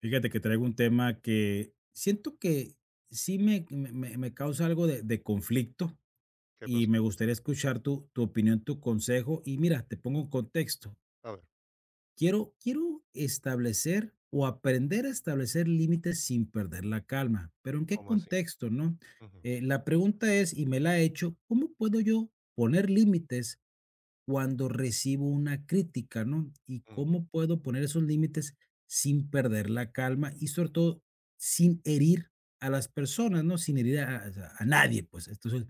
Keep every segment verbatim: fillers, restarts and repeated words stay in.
Fíjate que traigo un tema que siento que sí me, me- me- me causa algo de, de conflicto ¿Qué y pasó? me gustaría escuchar tu, tu opinión, tu consejo. Y mira, te pongo en contexto. A ver, Quiero, quiero establecer o aprender a establecer límites sin perder la calma, pero ¿en qué ¿cómo así? contexto, no? Ujú, Eh, la pregunta es, y me la he hecho, ¿cómo puedo yo poner límites cuando recibo una crítica, no? Y mm, cómo puedo poner esos límites sin perder la calma y sobre todo sin herir a las personas, ¿no? Sin herir a, a- a nadie, pues. Entonces,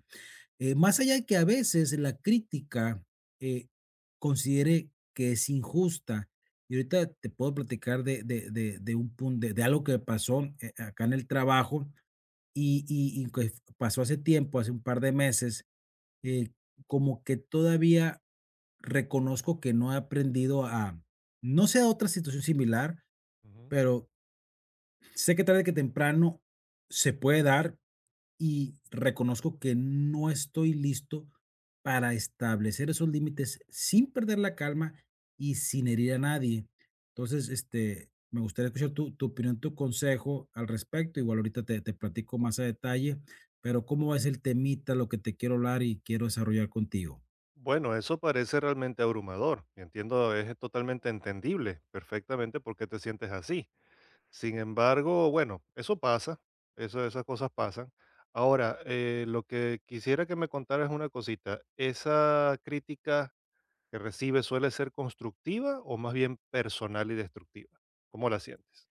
eh, más allá de que a veces la crítica eh, considere que es injusta. Y ahorita te puedo platicar de, de, de, de un punto, de, de algo que pasó eh, acá en el trabajo y, y, y que pasó hace tiempo, hace un par de meses, eh, como que todavía reconozco que no he aprendido a, no sea otra situación similar, ujú. pero sé que tarde que temprano se puede dar y reconozco que no estoy listo para establecer esos límites sin perder la calma y sin herir a nadie. Entonces, este, me gustaría escuchar tu, tu opinión, tu consejo al respecto. Igual ahorita te, te platico más a detalle, pero ¿cómo es el temita, lo que te quiero hablar y quiero desarrollar contigo? Bueno, eso parece realmente abrumador. y Entiendo, es totalmente entendible perfectamente por qué te sientes así. Sin embargo, bueno, eso pasa, eso, esas cosas pasan. Ahora, eh, lo que quisiera que me contaras es una cosita. ¿Esa crítica que recibes suele ser constructiva o más bien personal y destructiva? ¿Cómo la sientes?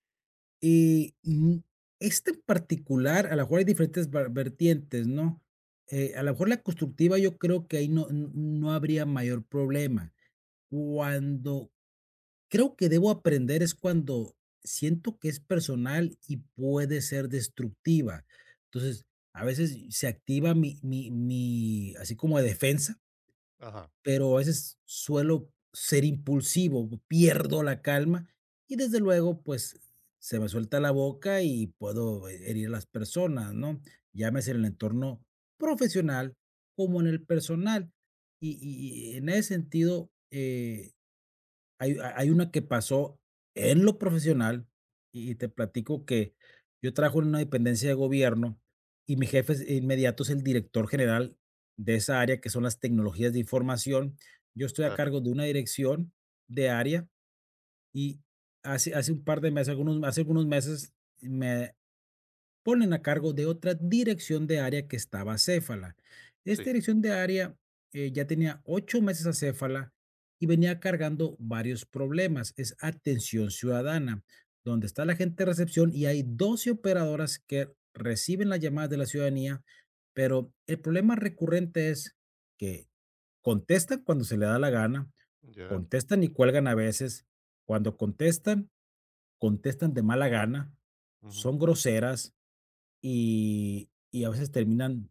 Y, mm, este en particular, a lo mejor hay diferentes var vertientes, ¿no? Eh, a lo mejor la constructiva, yo creo que ahí no n no habría mayor problema. Cuando creo que debo aprender es cuando siento que es personal y puede ser destructiva. Entonces, a veces se activa mi mi mi así como defensa, Ajá, pero a veces suelo ser impulsivo, pierdo la calma y desde luego, pues se me suelta la boca y puedo eh, herir a las personas, ¿no? Llámese en el entorno profesional como en el personal. Y, y- y en ese sentido, eh, hay hay una que pasó en lo profesional, y y te platico que yo trabajo en una dependencia de gobierno, y mi jefe es inmediato es el director general de esa área, que son las tecnologías de información. Yo estoy a claro, cargo de una dirección de área, y hace hace un par de meses, algunos hace algunos meses me ponen a cargo de otra dirección de área que estaba acéfala. Esta sí, dirección de área eh, ya tenía ocho meses acéfala y venía cargando varios problemas. Es atención ciudadana, donde está la gente de recepción y hay doce operadoras que reciben las llamadas de la ciudadanía, pero el problema recurrente es que contestan cuando se le da la gana, ya. contestan y cuelgan a veces. Cuando contestan, contestan de mala gana, Ujú. son groseras, y y a veces terminan,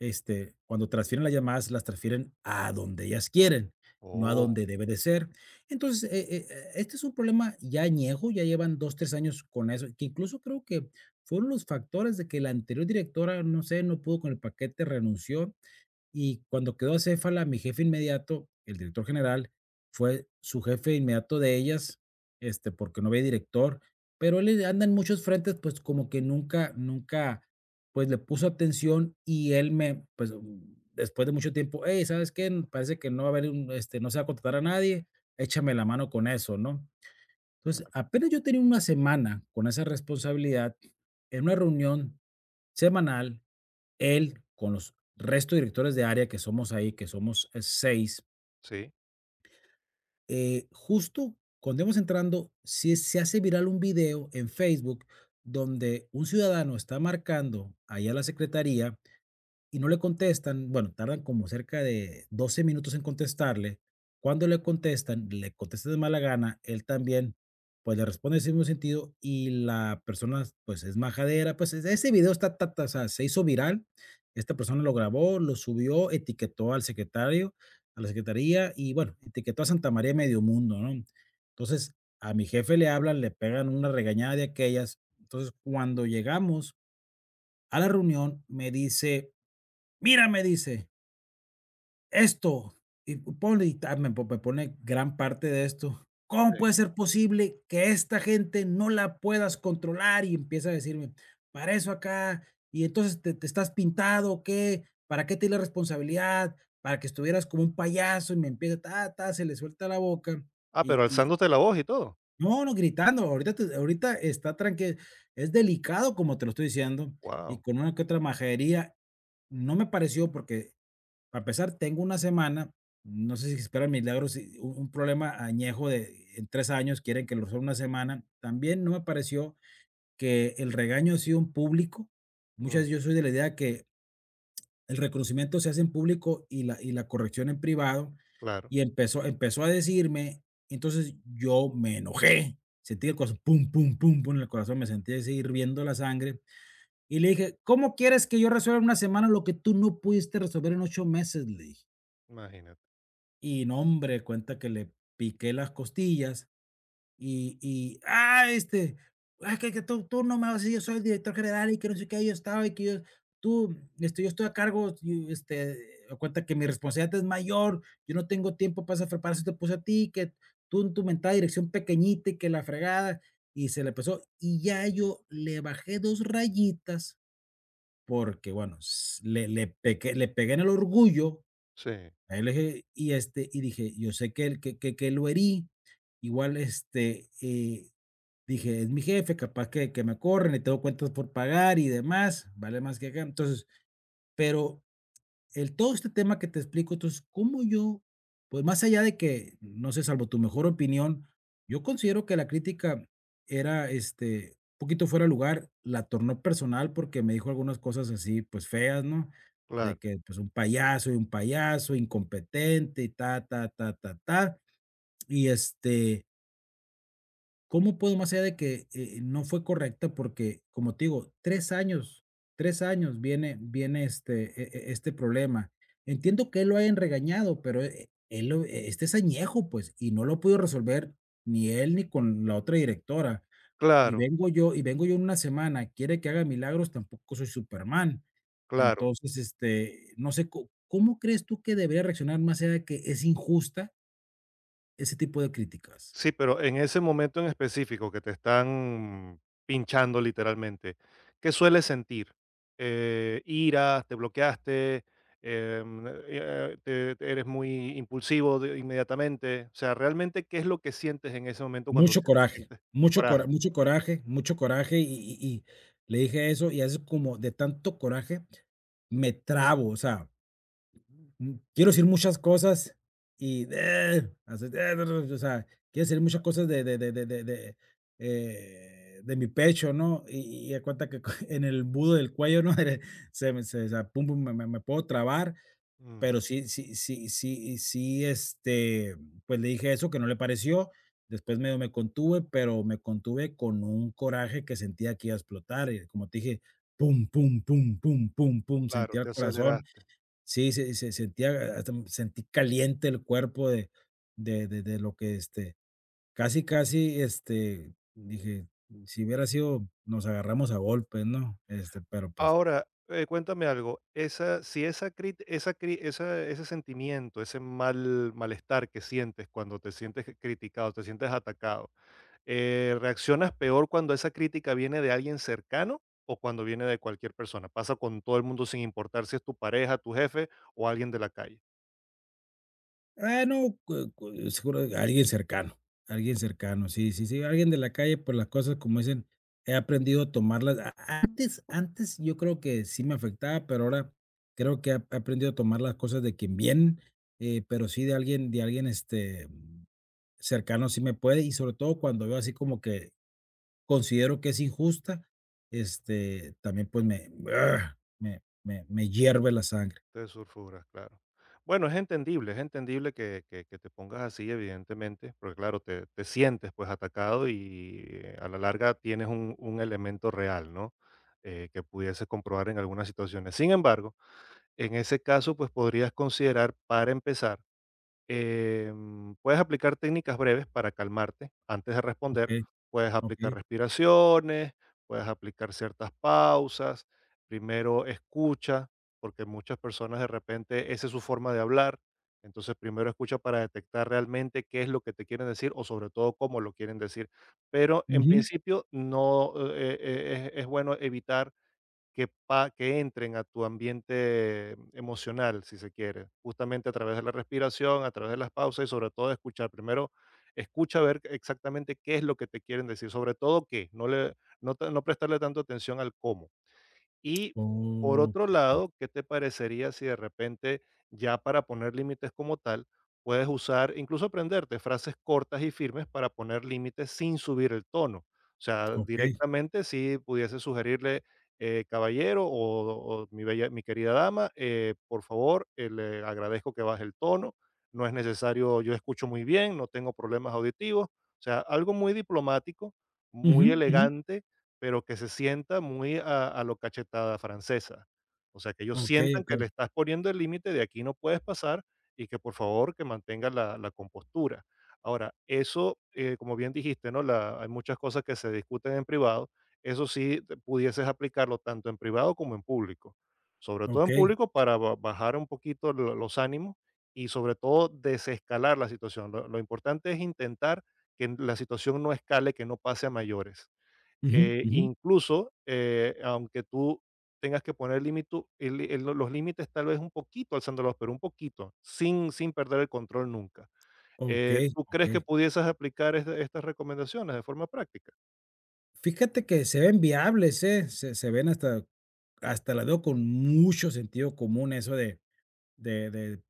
este, cuando transfieren las llamadas, las transfieren a donde ellas quieren, no a Oh, donde debe de ser. Entonces, e e e este es un problema ya añejo, ya llevan dos tres años con eso, que incluso creo que fueron los factores de que la anterior directora, no sé, no pudo con el paquete, renunció. Y cuando quedó acéfala, mi jefe inmediato, el director general, fue su jefe inmediato de ellas, este, porque no había director, pero él anda en muchos frentes, pues, como que nunca nunca, pues, le puso atención y él me, pues, mm, después de mucho tiempo: "Hey, ¿sabes qué? N- Parece que no va a haber un, este, no se va a contratar a nadie, échame la mano con eso", ¿no? Entonces, claro, apenas yo tenía una semana con esa responsabilidad, en una reunión semanal él, con los resto de directores de área que somos ahí, que somos, eh, seis, sí, eh, justo cuando íbamos entrando, si se hace viral un video en Facebook donde un ciudadano está marcando allá a la secretaría y no le contestan, bueno, tardan como cerca de doce minutos en contestarle. Cuando le contestan, le contestan de mala gana, él también, pues le responde en ese mismo sentido y la persona, pues es majadera, pues es- ese video está, ta- ta- o sea, se hizo viral, esta persona lo grabó, lo subió, etiquetó al secretario, a la secretaría y bueno, etiquetó a Santa María Medio Mundo, ¿no? Entonces, a mi jefe le hablan, le pegan una regañada de aquellas. Entonces, cuando llegamos a la reunión, me dice, mira, me dice, esto, y ponle, y ta- me, po- me pone gran parte de esto. ¿Cómo puede sí. ser posible que esta gente no la puedas controlar? Y empieza a decirme, para eso acá, y entonces te, te estás pintado, o ¿qué? ¿Para qué te di la responsabilidad? Para que estuvieras como un payaso y me empieza, ta, ta, se le suelta la boca. Ah, Y, ¿pero y alzándote la voz y todo? no, no, gritando, ahorita, te- ahorita está tranquilo, es delicado como te lo estoy diciendo, y Wow. con una que otra majadería, no me pareció porque para empezar, tengo una semana, no sé si esperan milagros, y un un problema añejo de en tres años, quieren que lo resuelva en una semana. También no me pareció que el regaño ha sido en público. Muchas veces yo soy de la idea que el reconocimiento se hace en público y la y la corrección en privado, Claro, y empezó empezó a decirme, entonces yo me enojé, sentí el corazón pum, pum, pum, pum, en el corazón, me sentí así hirviendo la sangre, y le dije: "¿Cómo quieres que yo resuelva en una semana lo que tú no pudiste resolver en ocho meses?", le dije. imagínate. Y no, hombre, cuenta que le piqué las costillas y y, ah, este, ah, que que tú tú no me vas a decir, yo soy el director general y que no sé qué, yo estaba y que yo tú, este, yo estoy a cargo, y, este, haz cuenta que mi responsabilidad es mayor, yo no tengo tiempo para esa para eso te puse a ti, que tú en tu mentada dirección pequeñita y que la fregada, y se le empezó. Y ya yo le bajé dos rayitas porque, bueno, s le le pequé le pegué en el orgullo. Sí, Ahí le dije y, este, y dije: "Yo sé que él que que que lo herí, igual, este, eh", dije: "Es mi jefe, capaz que que me corren, le tengo cuentas por pagar y demás, vale más que acá". Entonces, pero el todo este tema que te explico, entonces, ¿cómo yo? Pues más allá de que, no sé, salvo tu mejor opinión, yo considero que la crítica era, este, un poquito fuera de lugar, la tornó personal porque me dijo algunas cosas así, pues feas, ¿no? De claro, que, pues, un payaso y un payaso, incompetente y ta, ta, ta, ta, ta. Y este, ¿cómo puedo, más allá de que, eh, no fue correcta? Porque, como te digo, tres años, tres años viene viene, este, e e este problema. Entiendo que él lo hayan regañado, pero, eh, él lo eh, este es añejo, pues, y no lo pudo resolver ni él ni con la otra directora. Y claro, vengo yo y vengo yo en una semana, quiere que haga milagros, tampoco soy Superman. claro. Entonces, este, no sé, ¿có ¿cómo crees tú que debería reaccionar más allá de que es injusta ese tipo de críticas? Sí, pero en ese momento en específico que te están pinchando literalmente, ¿qué sueles sentir? Eh, ¿ira? ¿Te bloqueaste? Em, eh, te- te- ¿eres muy impulsivo de- inmediatamente? O sea, ¿realmente qué es lo que sientes en ese momento cuando Mucho se- te coraje, sientes mucho cora coraje? mucho coraje, mucho coraje, y y y le dije eso, y hace como de tanto coraje me trabo, o sea, mm, quiero decir muchas cosas y eh, así, eh, no, no, no, o sea, quiero decir muchas cosas de de de de de de, eh, de mi pecho, ¿no? Y y haz de cuenta que en el embudo del cuello, ¿no? Se me se, o sea, pum, pum, me me me puedo trabar Mm, pero sí sí sí sí sí, este, pues, le dije eso, que no le pareció. Después medio me contuve, pero me contuve con un coraje que sentía que iba a explotar, y como te dije, pum, pum, pum, pum, pum, pum, claro, sentía te el corazón. aceleraste. Sí, se se sentía hasta me sentí caliente el cuerpo de de de de lo que, este, casi casi, este, dije, si hubiera sido nos agarramos a golpes, ¿no? Este, pero, pues Ahora, eh, cuéntame algo, esa, si esa crit- esa cri- esa- ese sentimiento, ese mal, malestar que sientes cuando te sientes criticado, te sientes atacado, eh, ¿reaccionas peor cuando esa crítica viene de alguien cercano o cuando viene de cualquier persona? ¿Pasa con todo el mundo sin importar si es tu pareja, tu jefe o alguien de la calle? ah, no, cu cu seguro alguien cercano, alguien cercano, sí, sí, sí, alguien de la calle, pues, las cosas, como dicen, he aprendido a tomarlas. A antes antes yo creo que sí me afectaba, pero ahora creo que he a aprendido a tomar las cosas de quien vienen, eh, pero sí de alguien de alguien, este, mm, cercano sí me puede, y sobre todo cuando veo así como que considero que es injusta, este, también, pues, me ah, me me me hierve la sangre. Te sulfuras, claro. Bueno, es entendible, es entendible que, que- que te pongas así, evidentemente, porque claro, te, te sientes pues atacado y eh, a la larga tienes un, un elemento real, ¿no? Eh, que pudieses comprobar en algunas situaciones. Sin embargo, en ese caso, pues podrías considerar para empezar. Em, puedes aplicar técnicas breves para calmarte antes de responder. Okey, Puedes aplicar okey. respiraciones, puedes aplicar ciertas pausas. Primero escucha, porque muchas personas de repente esa es su forma de hablar. Entonces primero escucha para detectar realmente qué es lo que te quieren decir o sobre todo cómo lo quieren decir. Pero en Ujú. principio no eh, eh, es es bueno evitar que, pa- que entren a tu ambiente emocional, si se quiere, justamente a través de la respiración, a través de las pausas y sobre todo de escuchar. Primero, escucha a ver exactamente qué es lo que te quieren decir, sobre todo qué, no, le, no, ta- no prestarle tanto atención al cómo. Y por otro Okey, okey. lado, ¿qué te parecería si de repente, ya para poner límites como tal, puedes usar, incluso aprenderte frases cortas y firmes para poner límites sin subir el tono? O sea, Okey. directamente si pudiese sugerirle, eh, caballero o, o mi, bella- mi querida dama, eh, por favor, eh, le agradezco que baje el tono, no es necesario, yo escucho muy bien, no tengo problemas auditivos, o sea, algo muy diplomático, Ujú, muy ujú. elegante pero que se sienta muy a a lo cachetada francesa. O sea, que ellos Okey, sientan que okey, le estás poniendo el límite, de aquí no puedes pasar y que por favor que mantengas la la compostura. Ahora, eso, eh, como bien dijiste, ¿no? La Hay muchas cosas que se discuten en privado. Eso sí, te pudieses aplicarlo tanto en privado como en público. Sobre todo en okey. público para ba bajar un poquito lo los ánimos y sobre todo desescalar la situación. Lo lo importante es intentar que la situación no escale, que no pase a mayores. Ujú, Eh, ujú. Incluso, eh, aunque tú tengas que poner límite, el el los límites tal vez un poquito alzándolos, pero un poquito, sin sin perder el control nunca. Eh, Okey, ¿tú crees okey. que pudieses aplicar esta estas recomendaciones de forma práctica? Fíjate que se ven viables, ¿eh? Se se ven hasta hasta la veo con mucho sentido común eso de de de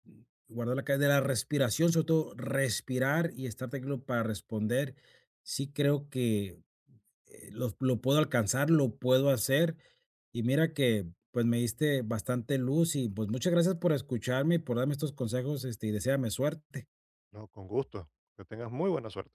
guardar la ca de la respiración, sobre todo respirar y estar tranquilo para responder. Sí creo que, eh, los lo puedo alcanzar, lo puedo hacer. Y mira que, pues, me diste bastante luz y, pues, muchas gracias por escucharme y por darme estos consejos, este, y deséame suerte. No, con gusto. Que tengas muy buena suerte.